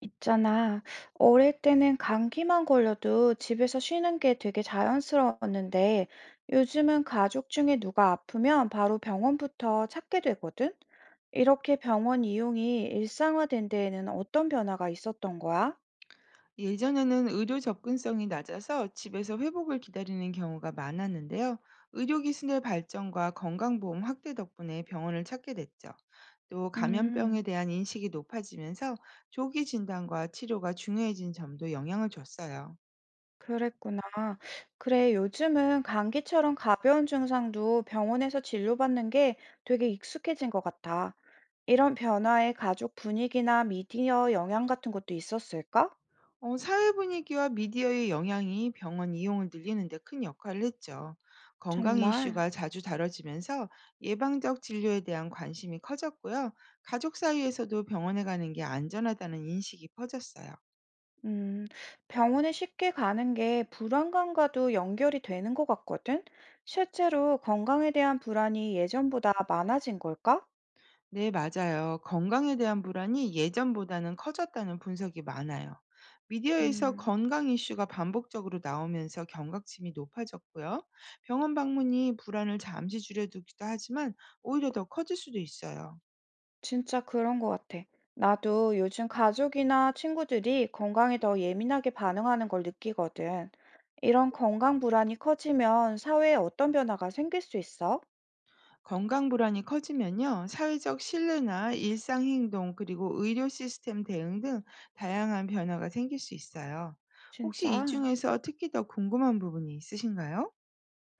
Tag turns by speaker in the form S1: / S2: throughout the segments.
S1: 있잖아. 어릴 때는 감기만 걸려도 집에서 쉬는 게 되게 자연스러웠는데, 요즘은 가족 중에 누가 아프면 바로 병원부터 찾게 되거든? 이렇게 병원 이용이 일상화된 데에는 어떤 변화가 있었던 거야?
S2: 예전에는 의료 접근성이 낮아서 집에서 회복을 기다리는 경우가 많았는데요. 의료기술의 발전과 건강보험 확대 덕분에 병원을 찾게 됐죠. 또 감염병에
S1: 음,
S2: 대한 인식이 높아지면서 조기 진단과 치료가 중요해진 점도 영향을 줬어요.
S1: 그랬구나. 그래, 요즘은 감기처럼 가벼운 증상도 병원에서 진료받는 게 되게 익숙해진 것 같아. 이런 변화에 가족 분위기나 미디어 영향 같은 것도 있었을까?
S2: 사회 분위기와 미디어의 영향이 병원 이용을 늘리는 데 큰 역할을 했죠. 건강
S1: 정말,
S2: 이슈가 자주 다뤄지면서 예방적 진료에 대한 관심이 커졌고요. 가족 사이에서도 병원에 가는 게 안전하다는 인식이 퍼졌어요.
S1: 음, 병원에 쉽게 가는 게 불안감과도 연결이 되는 것 같거든? 실제로 건강에 대한 불안이 예전보다 많아진 걸까?
S2: 네, 맞아요. 건강에 대한 불안이 예전보다는 커졌다는 분석이 많아요. 미디어에서
S1: 음,
S2: 건강 이슈가 반복적으로 나오면서 경각심이 높아졌고요. 병원 방문이 불안을 잠시 줄여두기도 하지만 오히려 더 커질 수도 있어요.
S1: 진짜 그런 것 같아. 나도 요즘 가족이나 친구들이 건강에 더 예민하게 반응하는 걸 느끼거든. 이런 건강 불안이 커지면 사회에 어떤 변화가 생길 수 있어?
S2: 건강 불안이 커지면요, 사회적 신뢰나 일상 행동 그리고 의료 시스템 대응 등 다양한 변화가 생길 수 있어요. 혹시 이
S1: 진짜?
S2: 중에서 특히 더 궁금한 부분이 있으신가요?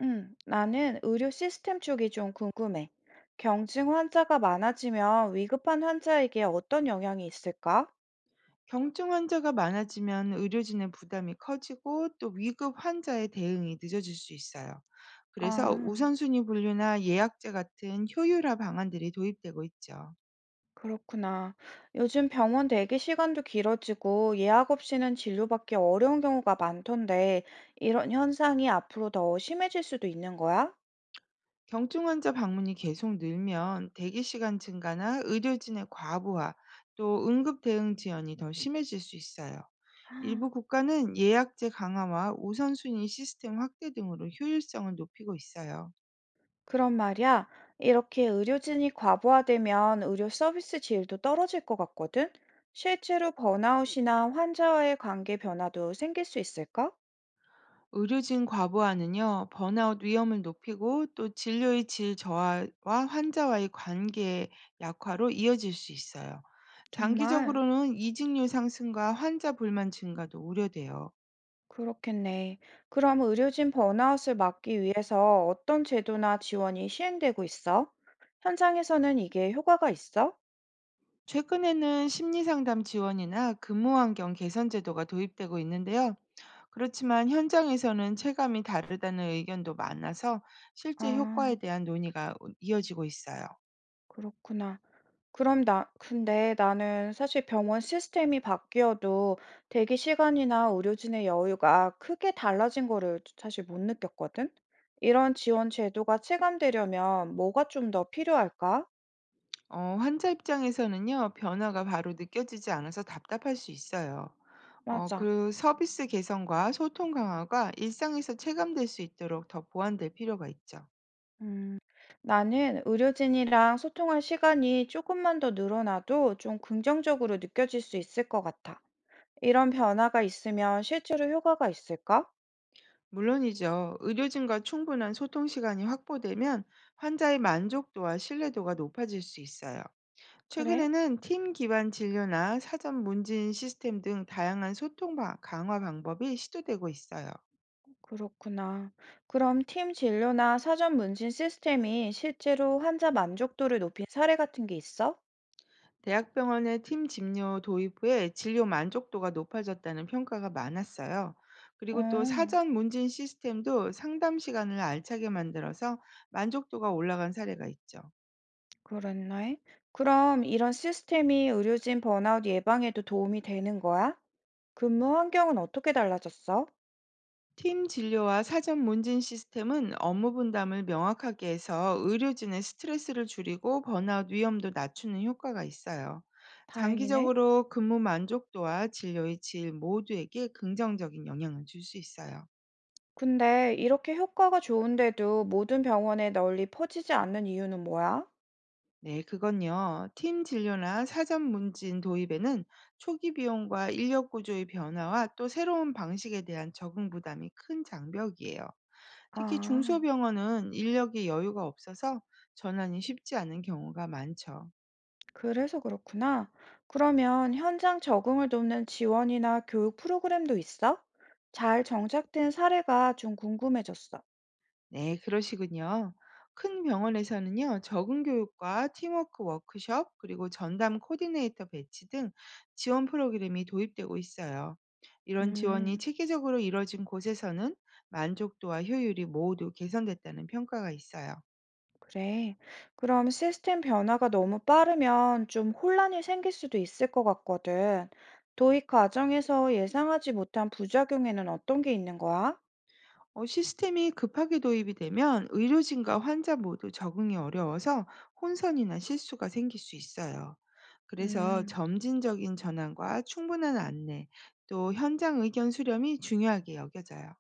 S1: 나는 의료 시스템 쪽이 좀 궁금해. 경증 환자가 많아지면 위급한 환자에게 어떤 영향이 있을까?
S2: 경증 환자가 많아지면 의료진의 부담이 커지고 또 위급 환자의 대응이 늦어질 수 있어요. 그래서
S1: 아,
S2: 우선순위 분류나 예약제 같은 효율화 방안들이 도입되고 있죠.
S1: 그렇구나. 요즘 병원 대기 시간도 길어지고 예약 없이는 진료받기 어려운 경우가 많던데, 이런 현상이 앞으로 더 심해질 수도 있는 거야?
S2: 경증 환자 방문이 계속 늘면 대기 시간 증가나 의료진의 과부하, 또 응급 대응 지연이 더 심해질 수 있어요. 일부 국가는 예약제 강화와 우선순위 시스템 확대 등으로 효율성을 높이고 있어요.
S1: 그런 말이야. 이렇게 의료진이 과부하되면 의료 서비스 질도 떨어질 것 같거든? 실제로 번아웃이나 환자와의 관계 변화도 생길 수 있을까?
S2: 의료진 과부하는요, 번아웃 위험을 높이고 또 진료의 질 저하와 환자와의 관계 약화로 이어질 수 있어요.
S1: 정말
S2: 장기적으로는 이직률 상승과 환자 불만 증가도 우려돼요.
S1: 그렇겠네. 그럼 의료진 번아웃을 막기 위해서 어떤 제도나 지원이 시행되고 있어? 현장에서는 이게 효과가 있어?
S2: 최근에는 심리상담 지원이나 근무환경 개선 제도가 도입되고 있는데요. 그렇지만 현장에서는 체감이 다르다는 의견도 많아서 실제 효과에
S1: 아,
S2: 대한 논의가 이어지고 있어요.
S1: 그렇구나. 그럼 나, 근데 나는 사실 병원 시스템이 바뀌어도 대기 시간이나 의료진의 여유가 크게 달라진 거를 사실 못 느꼈거든? 이런 지원 제도가 체감되려면 뭐가 좀 더 필요할까?
S2: 환자 입장에서는요, 변화가 바로 느껴지지 않아서 답답할 수 있어요.
S1: 맞아.
S2: 그 서비스 개선과 소통 강화가 일상에서 체감될 수 있도록 더 보완될 필요가 있죠.
S1: 음, 나는 의료진이랑 소통할 시간이 조금만 더 늘어나도 좀 긍정적으로 느껴질 수 있을 것 같아. 이런 변화가 있으면 실제로 효과가 있을까?
S2: 물론이죠. 의료진과 충분한 소통 시간이 확보되면 환자의 만족도와 신뢰도가 높아질 수 있어요.
S1: 그래?
S2: 최근에는 팀 기반 진료나 사전 문진 시스템 등 다양한 소통 강화 방법이 시도되고 있어요.
S1: 그렇구나. 그럼 팀 진료나 사전 문진 시스템이 실제로 환자 만족도를 높인 사례 같은 게 있어?
S2: 대학병원의 팀 진료 도입 후에 진료 만족도가 높아졌다는 평가가 많았어요.
S1: 어,
S2: 그리고 또 사전 문진 시스템도 상담 시간을 알차게 만들어서 만족도가 올라간 사례가 있죠.
S1: 그랬네. 그럼 이런 시스템이 의료진 번아웃 예방에도 도움이 되는 거야? 근무 환경은 어떻게 달라졌어?
S2: 팀 진료와 사전 문진 시스템은 업무 분담을 명확하게 해서 의료진의 스트레스를 줄이고 번아웃 위험도 낮추는 효과가 있어요.
S1: 다행이네.
S2: 장기적으로 근무 만족도와 진료의 질 모두에게 긍정적인 영향을 줄 수 있어요.
S1: 근데 이렇게 효과가 좋은데도 모든 병원에 널리 퍼지지 않는 이유는 뭐야?
S2: 네, 그건요. 팀 진료나 사전 문진 도입에는 초기 비용과 인력 구조의 변화와 또 새로운 방식에 대한 적응 부담이 큰 장벽이에요. 특히
S1: 아.
S2: 중소병원은 인력이 여유가 없어서 전환이 쉽지 않은 경우가 많죠.
S1: 그래서 그렇구나. 그러면 현장 적응을 돕는 지원이나 교육 프로그램도 있어? 잘 정착된 사례가 좀 궁금해졌어.
S2: 네, 그러시군요. 큰 병원에서는요, 적응 교육과 팀워크 워크숍, 그리고 전담 코디네이터 배치 등 지원 프로그램이 도입되고 있어요. 이런 지원이
S1: 음,
S2: 체계적으로 이뤄진 곳에서는 만족도와 효율이 모두 개선됐다는 평가가 있어요.
S1: 그래. 그럼 시스템 변화가 너무 빠르면 좀 혼란이 생길 수도 있을 것 같거든. 도입 과정에서 예상하지 못한 부작용에는 어떤 게 있는 거야?
S2: 시스템이 급하게 도입이 되면 의료진과 환자 모두 적응이 어려워서 혼선이나 실수가 생길 수 있어요. 그래서
S1: 음.
S2: 점진적인 전환과 충분한 안내, 또 현장 의견 수렴이 중요하게 여겨져요.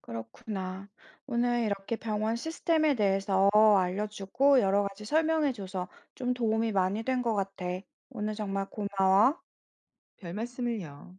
S1: 그렇구나. 오늘 이렇게 병원 시스템에 대해서 알려주고 여러 가지 설명해줘서 좀 도움이 많이 된 것 같아. 오늘 정말 고마워.
S2: 별 말씀을요.